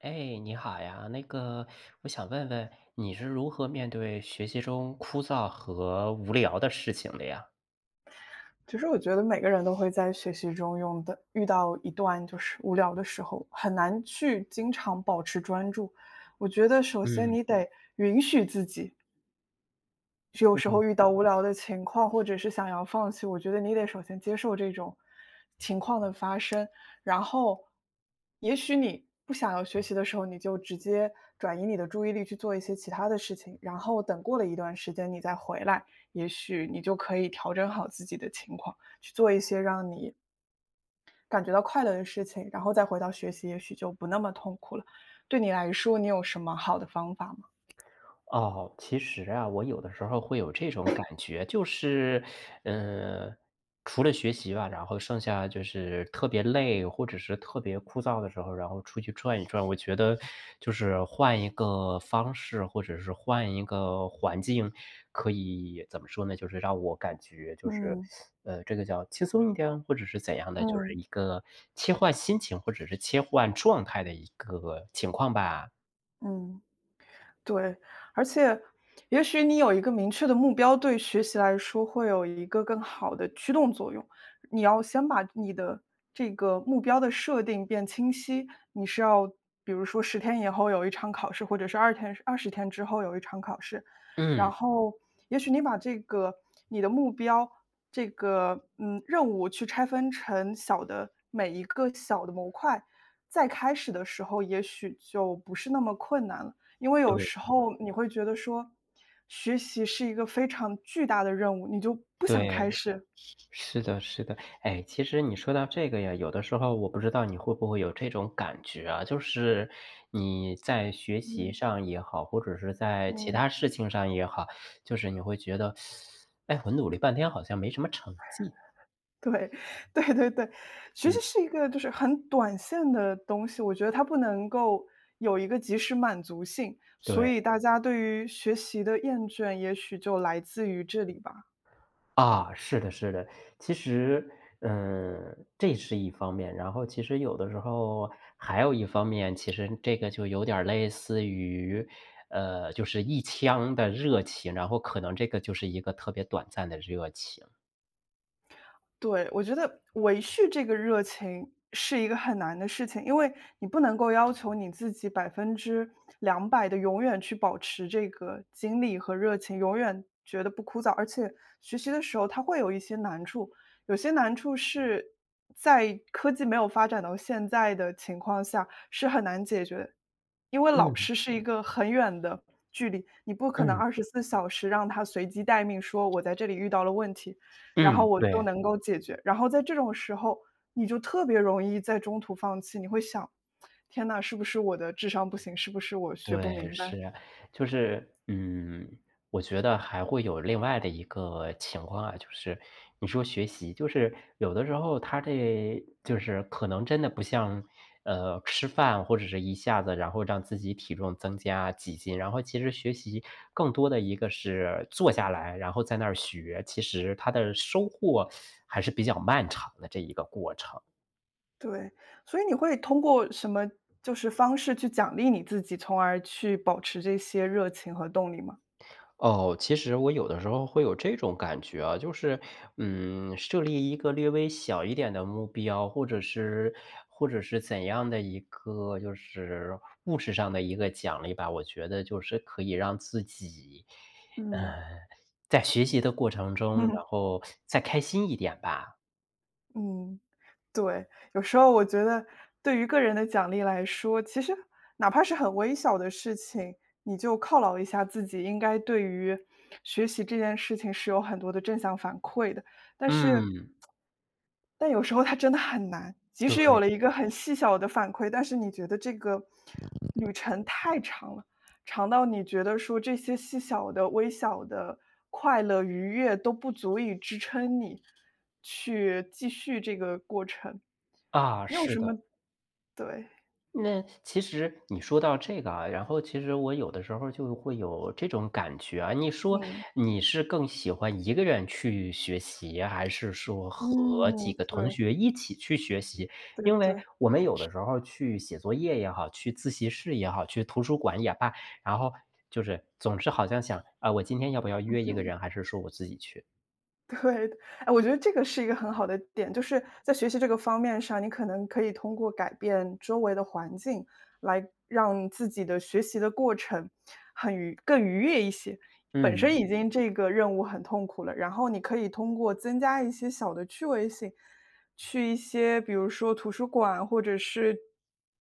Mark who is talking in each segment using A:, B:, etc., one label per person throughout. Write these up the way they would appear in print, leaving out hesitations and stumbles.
A: 哎，你好呀，我想问问你是如何面对学习中枯燥和无聊的事情的呀？
B: 其实我觉得每个人都会在学习中用的遇到一段就是无聊的时候，很难去经常保持专注。我觉得首先
A: 嗯。
B: 你得允许自己，有时候遇到无聊的情况，或者是想要放弃，我觉得你得首先接受这种，然后也许你不想要学习的时候，你就直接转移你的注意力去做一些其他的事情，然后等过了一段时间你再回来，也许你就可以调整好自己的情况，去做一些让你感觉到快乐的事情，然后再回到学习，也许就不那么痛苦了。对你来说，你有什么好的方法吗？
A: 哦，其实啊，我有的时候会有这种感觉，就是，嗯，除了学习吧，然后剩下就是特别累或者是特别枯燥的时候，然后出去转一转。我觉得就是换一个方式，或者是换一个环境，可以怎么说呢？就是让我感觉就是，
B: 嗯
A: 这个叫轻松一点，或者是怎样的，就是
B: 嗯
A: 一个切换心情或者是切换状态的一个情况吧。
B: 嗯。对，而且也许你有一个明确的目标，对学习来说会有一个更好的驱动作用。你要先把你的这个目标的设定变清晰，你是要比如说十天以后有一场考试，或者是二天20天之后有一场考试，然
A: 嗯，
B: 后也许你把这个你的目标这个任务去拆分成小的每一个小的模块，再开始的时候也许就不是那么困难了。因为有时
A: 对
B: 候你会觉得说，学习是一个非常巨大的任务，你就不想
A: 对。
B: 开始。
A: 是的，是的，哎，其实你说到这个呀，有的时候我不知道你会不会有这种感觉啊，就是你在学习
B: 嗯。
A: 上也好，或者是在其
B: 嗯，
A: 他事情上也好，就是你会觉得，哎，我努力半天好像没什么成绩，
B: 对 对对对，学习
A: 嗯，
B: 是一个就是很短线的东西，我觉得它不能够有一个及时满足性，所
A: 对。
B: 以大家对于学习的厌倦也许就来自于这里吧。
A: 啊，是的，是的。其实，这是一方面，然后其实有的时候还有一方面，其实这个就有点儿类似于，就是一腔的热情，然后可能这个就是一个特别短暂的热情。
B: 对，我觉得维续这个热情是一个很难的事情，因为你不能够要求你自己200%的永远去保持这个精力和热情，永远觉得不枯燥。而且学习的时候它会有一些难处，有些难处是在科技没有发展到现在的情况下是很难解决的，因为老
A: 嗯
B: 师是一个很远的距离，你不可能
A: 嗯。
B: 24小时让他随机待命，说我在这里遇到了问题，然后
A: 嗯，
B: 我就
A: 对。
B: 能够解决。然后在这种时候，你就特别容易在中途放弃，你会想：“天呐，是不是我的智商不行？是不是我学不
A: 对，
B: 明白？”
A: 是，就是，嗯，我觉得还会有另外的一个情况啊，就是你说学习，就是有的时候他这就是可能真的不像，吃饭或者是一下子然后让自己体重增加几斤，然后其实学习更多的一个是坐下来，然后在那儿学，其实它的收获还是比较漫长的这一个过程。
B: 对，所以你会通过什么就是方式去奖励你自己，从而去保持这些热情和动力吗？
A: 哦，其实我有的时候会有这种感觉啊，就是，设立一个略微小一点的目标，或者是怎样的一个就是物质上的一个奖励吧，我觉得就是可以让自己，呃，
B: 嗯，
A: 在学习的过程中，然 后再开心一点吧。
B: 嗯，对，有时候我觉得对于个人的奖励来说，其实哪怕是很微小的事情，你就犒劳一下自己，应该对于学习这件事情是有很多的正向反馈的。但是
A: 嗯，
B: 但有时候它真的很难，即
A: 对，
B: 使有了一个很细小的反馈，但是你觉得这个旅程太长了，长到你觉得说这些细小的、微小的快乐、愉悦都不足以支撑你去继续这个过程。
A: 啊，
B: 你有
A: 是
B: 什么
A: 的。
B: 对，
A: 那其实你说到这个啊，然后其实我有的时候就会有这种感觉啊，你说
B: 嗯，
A: 你是更喜欢一个人去学习，还是说和几
B: 嗯，
A: 个同
B: 对，
A: 学一起去学习？
B: 对
A: 因为
B: 对。
A: 我们有的时候去写作业也好，去自习室也好，去图书馆也罢，然后就是总是好像想啊，我今天要不要约一个人，还是说我自己去？
B: 对的，哎，我觉得这个是一个很好的点，就是在学习这个方面上，你可能可以通过改变周围的环境，来让自己的学习的过程更愉悦一些。本身
A: 嗯
B: 已经这个任务很痛苦了，然后你可以通过增加一些小的趣味性，去一些比如说图书馆，或者是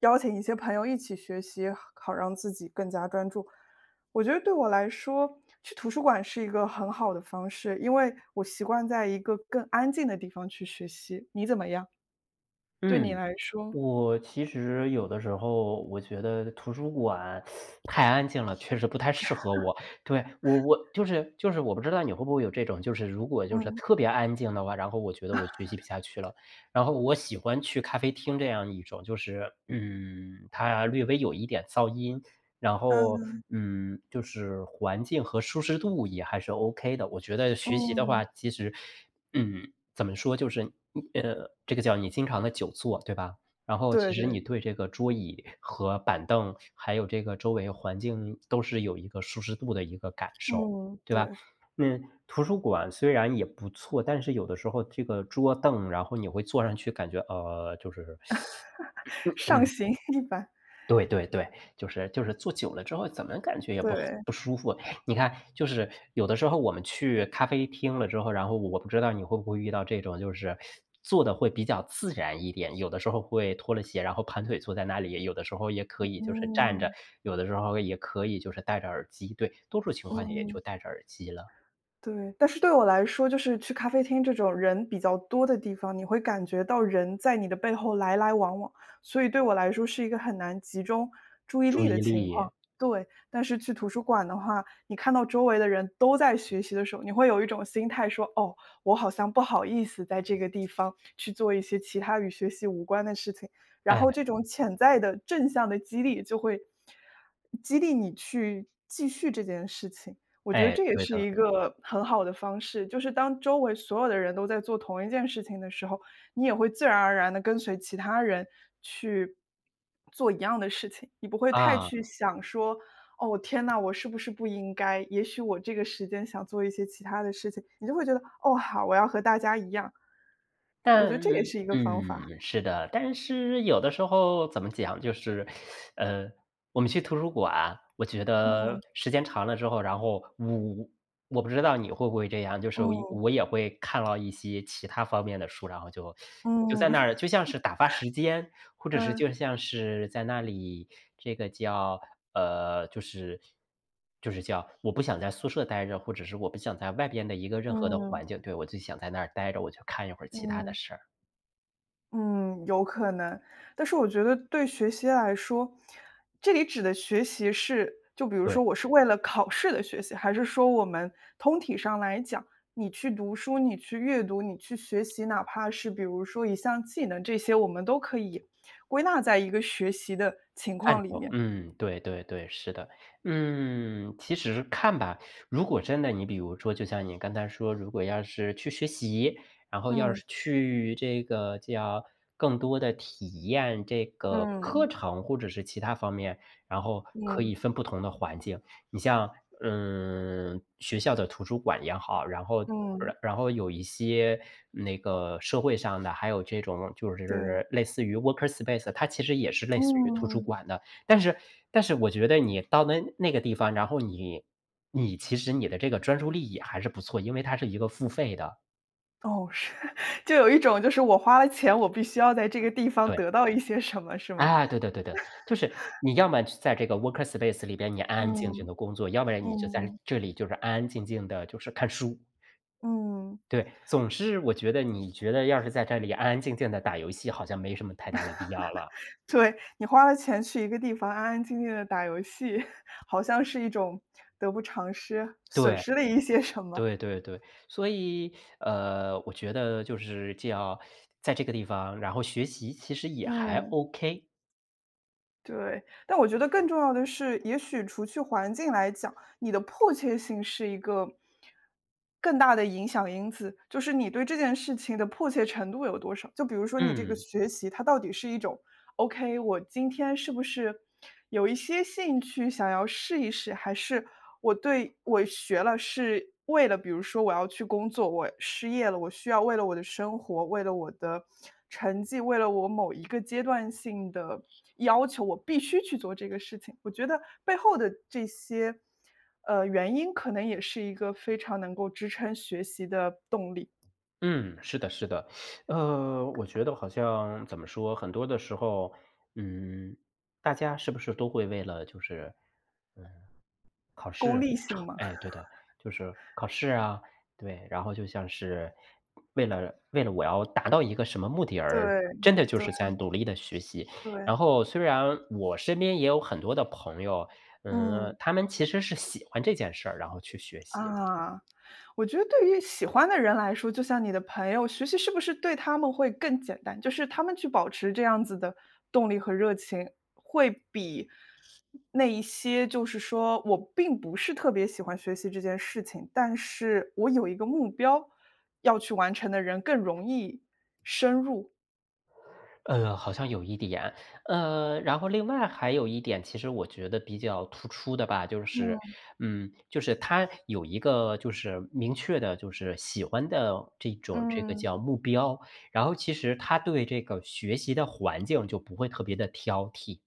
B: 邀请一些朋友一起学习，好让自己更加专注。我觉得对我来说，去图书馆是一个很好的方式，因为我习惯在一个更安静的地方去学习。你怎么样？对你
A: 嗯。
B: 来说，
A: 我其实有的时候我觉得图书馆太安静了，确实不太适合我。对，我就是我不知道你会不会有这种，就是如果就是
B: 嗯
A: 特别安静的话，然后我觉得我学习不下去了。然后我喜欢去咖啡厅这样一种，就是嗯，它略微有一点噪音，然后
B: 嗯
A: 嗯，就是环境和舒适度也还是 OK 的。我觉得学习的
B: 嗯，
A: 话，其实嗯，怎么说，这个叫你经常的久坐，对吧？然后其
B: 对
A: 实
B: 对，
A: 你对这个桌椅和板凳，还有这个周围环境都是有一个舒适度的一个感受，
B: 嗯
A: 对吧？
B: 对，
A: 那图书馆虽然也不错，但是有的时候这个桌凳，然后你会坐上去感觉，就是
B: 上行一般，
A: 对对对，就是坐久了之后，怎么感觉也不
B: 对，
A: 不舒服。你看，就是有的时候我们去咖啡厅了之后，然后我不知道你会不会遇到这种，就是坐的会比较自然一点，有的时候会脱了鞋，然后盘腿坐在那里，有的时候也可以就是站着，
B: 嗯
A: 有的时候也可以就是戴着耳机，对，多数情况也就
B: 嗯。
A: 戴着耳机了，
B: 对，但是对我来说，就是去咖啡厅这种人比较多的地方，你会感觉到人在你的背后来来往往，所以对我来说是一个很难集中注意
A: 注
B: 力的
A: 意
B: 情
A: 力，
B: 况。对，但是去图书馆的话，你看到周围的人都在学习的时候，你会有一种心态说：“哦，我好像不好意思在这个地方去做一些其他与学习无关的事情。”然
A: 哎
B: 后这种潜在的正向的激励就会激励你去继续这件事情。我觉得
A: 哎，
B: 这也
A: 对
B: 是
A: 的，
B: 一个很好的方式，就是当周围所有的人都在做同一件事情的时候，你也会自然而然的跟随其他人去做一样的事情，你不会太
A: 啊。
B: 去想说：“哦，天呐，我是不是不应该？也许我这个时间想做一些其他的事情。”你就会觉得：“哦，好，我要和大家一样。”我
A: 但
B: 觉得这也是一个方法。
A: 嗯，是的，但是有的时候怎么讲，就是，呃，我们去图书馆，我觉得
B: 嗯，
A: 时间长了之后，然后我不知道你会不会这样，就是我
B: 嗯，
A: 我也会看到一些其他方面的书，然后就就在
B: 嗯
A: 那儿就 像是打发时间。或者是
B: 嗯，
A: 就像是在那里，这个叫呃，就是就是叫我不想在宿舍待着，或者是我不想在外边的一个任何的
B: 嗯，
A: 环境，对，我就想在那儿待着，我就看一会儿其他的
B: 嗯。
A: 事儿。
B: 嗯，有可能。但是我觉得对学习来说，这里指的学习是，就比如
A: 对。
B: 说我是为了考试的学习，还是说我们通体上来讲，你去读书、你去阅读、你去学习，哪怕是比如说一项技能，这些我们都可以归纳在一个学习的情
A: 范
B: 况里
A: 畴，
B: 面。
A: 嗯，对对对，是的。嗯，其实看吧，如果真的你比如说，就像你刚才说，如果要是去学习，然后要
B: 嗯
A: 是去这个叫更多的体验这个课
B: 嗯
A: 程或者是其他方面，然后可
B: 嗯
A: 以分不同的环境。你像，嗯，学校的图书馆也好，然后
B: 嗯，
A: 然然后有一些那个社会上的，还有这种就
B: 对，
A: 是类似于 worker space，它其实也是类似于图书
B: 嗯，
A: 馆的。但是但是我觉得你到那个地方，然后你你其实你的这个专注力也还是不错，因为它是一个付费的。
B: 哦，是，就有一种就是我花了钱，我必须要在这个地方
A: 对，
B: 得到一些什么，是吗？
A: 啊，对对对对，就是你要么在这个 worker space 里边你安安静静
B: 嗯。
A: 的工作，要不然你就在
B: 嗯，
A: 这里就是安安静静的就是看书。
B: 嗯，
A: 对，总是我觉得你觉得要是在这里安安静静的打游戏，好像没什么太大的必要了。
B: 对，你花了钱去一个地方安安静静的打游戏，好像是一种得不偿失，损
A: 对，
B: 失了一些什么。
A: 对对对，所以，我觉得就是这样，在这个地方，然后学习其实也还
B: 嗯，
A: OK。
B: 对。但我觉得更重要的是，也许除去环境来讲，你的迫切性是一个更大的影响因子，就是你对这件事情的迫切程度有多少。就比如说你这个
A: 嗯，
B: 学习，它到底是一种 OK，我今天是不是有一些兴趣想要试一试？还是我对我学了是为了比如说我要去工作，我失业了，我需要为了我的生活，为了我的成绩，为了我某一个阶段性的要求，我必须去做这个事情。我觉得背后的这些，原因可能也是一个非常能够支撑学习的动力，
A: 嗯，是的是的。我觉得好像怎么说，很多的时候，嗯，大家是不是都会为了就是考
B: 功
A: 试，
B: 利
A: 成
B: 性嘛。
A: 哎，对 的，就是考试啊，对，然后就像是为了我要达到一个什么目的而
B: 对，
A: 真的就
B: 对
A: 是在努力的学习。
B: 对，
A: 然后虽然我身边也有很多的朋友，嗯，
B: 嗯，
A: 他们其实是喜欢这件事儿，然后去学习。
B: 啊。我觉得对于喜欢的人来说，就像你的朋友，学习是不是对他们会更简单？就是他们去保持这样子的动力和热情，会比那一些就是说我并不是特别喜欢学习这件事情，但是我有一个目标要去完成的人更容易深入。
A: 好像有一点。然后另外还有一点，其实我觉得比较突出的吧，就是，
B: 嗯。
A: 就是他有一个就是明确的，就是喜欢的这种这个
B: 嗯。
A: 叫目标，然后其实他对这个学习的环境就不会特别的挑剔。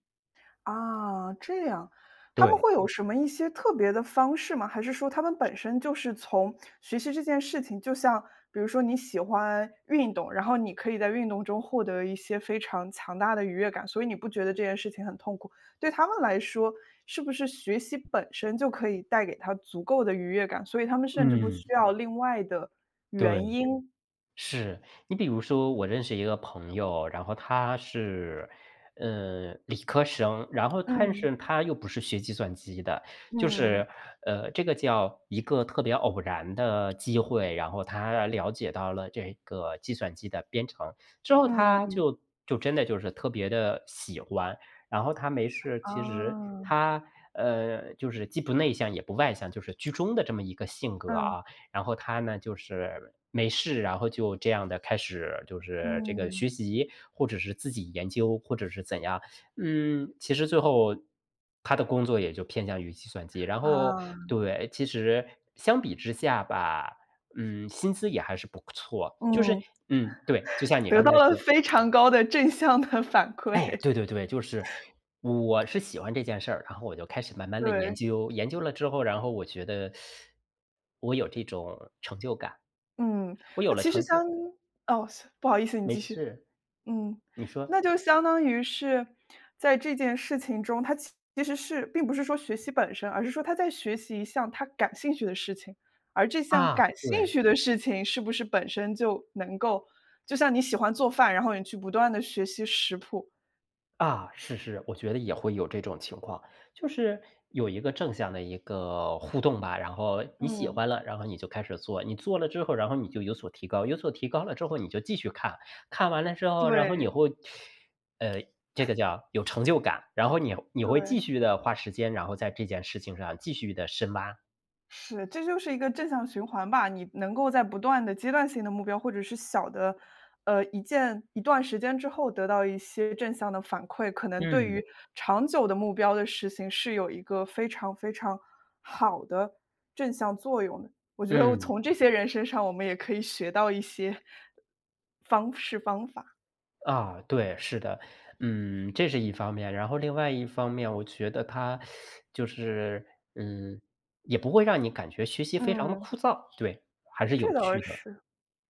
B: 啊，这样，他们
A: 对，
B: 会有什么一些特别的方式吗？还是说他们本身就是从学习这件事情，就像比如说你喜欢运动，然后你可以在运动中获得一些非常强大的愉悦感，所以你不觉得这件事情很痛苦。对他们来说，是不是学习本身就可以带给他足够的愉悦感，所以他们甚至不需
A: 嗯，
B: 要另外的
A: 对。
B: 原因？
A: 是，你比如说我认识一个朋友，然后他是，理科生，然后但
B: 嗯。
A: 是他又不是学计算机的，就
B: 嗯，
A: 是，这个叫一个特别偶然的机会，然后他了解到了这个计算机的编程之后，
B: 嗯，嗯嗯
A: 他
B: 嗯，
A: 就就真的就是特别的喜欢，然后他没事，其实
B: 啊，
A: 他，就是既不内向也不外向，就是居中的这么一个性格
B: 嗯，
A: 啊。然后他呢，就是没事，然后就这样的开始就是这个学
B: 嗯，
A: 习，或者是自己研究，或者是怎样。嗯，其实最后他的工作也就偏向于计算机，然后
B: 啊，
A: 对，其实相比之下吧，嗯，薪资也还是不错。就是
B: 嗯。
A: 嗯，对，就像你
B: 得
A: 刚
B: 到
A: 才
B: 了
A: 说
B: 非常高的正向的反
A: 哎，
B: 馈，
A: 对对对，就是我是喜欢这件事儿，然后我就开始慢慢的研
B: 对，
A: 究，研究了之后，然后我觉得我有这种成就感。
B: 嗯，
A: 我有
B: 那
A: 了
B: 其实
A: 成就
B: 相哦，不好意思，你
A: 没
B: 继续。
A: 事，
B: 嗯，
A: 你
B: 那
A: 说。
B: 就相当于是在这件事情中，他其实是并不是说学习本身，而是说他在学习一项他感兴趣的事情，而这项
A: 啊。
B: 感兴
A: 对，
B: 趣的事情是不是本身就能够就像你喜欢做饭，然后你去不断的学习食谱。
A: 啊，是是，我觉得也会有这种情况，就是有一个正向的一个互动吧，然后你喜
B: 嗯，
A: 欢了，然后你就开始做，你做了之后，然后你就有所提高，有所提高了之后，你就继续看，看完了之后，然后你
B: 对，
A: 会呃，这个叫有成就感，然后你你会继
B: 对。
A: 续的花时间，然后在这件事情上继续的深挖。
B: 是，这就是一个正向循环吧。你能够在不断的阶段性的目标，或者是小的，一件一段时间之后得到一些正向的反馈，可能对
A: 嗯，
B: 于长久的目标的实行是有一个非常非常好的正向作用的。我觉得我
A: 嗯。
B: 从这些人身上，我们也可以学到一些方式方法。
A: 啊，对，是的，嗯，这是一方面，然后另外一方面，我觉得它就是，嗯，也不会让你感觉学习非常的
B: 嗯，
A: 枯燥，对，还是有
B: 这倒
A: 趣的，
B: 是，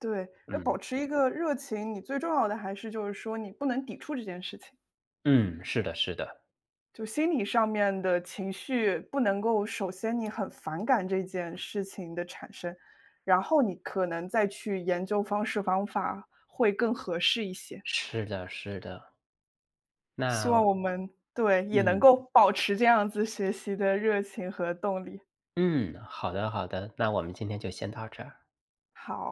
B: 对，要
A: 嗯，
B: 保持一个热情，你最重要的还是就是说你不能抵触这件事情。
A: 嗯，是的，是的，
B: 就心理上面的情绪不能够首先你很反感这件事情的产生，然后你可能再去研究方式方法会更合适一些。
A: 是的，是的，
B: 希
A: 那
B: 望我们对，也能
A: 嗯，
B: 够保持这样子学习的热情和动力。
A: 嗯，好的，好的，那我们今天就先到这儿。
B: 好。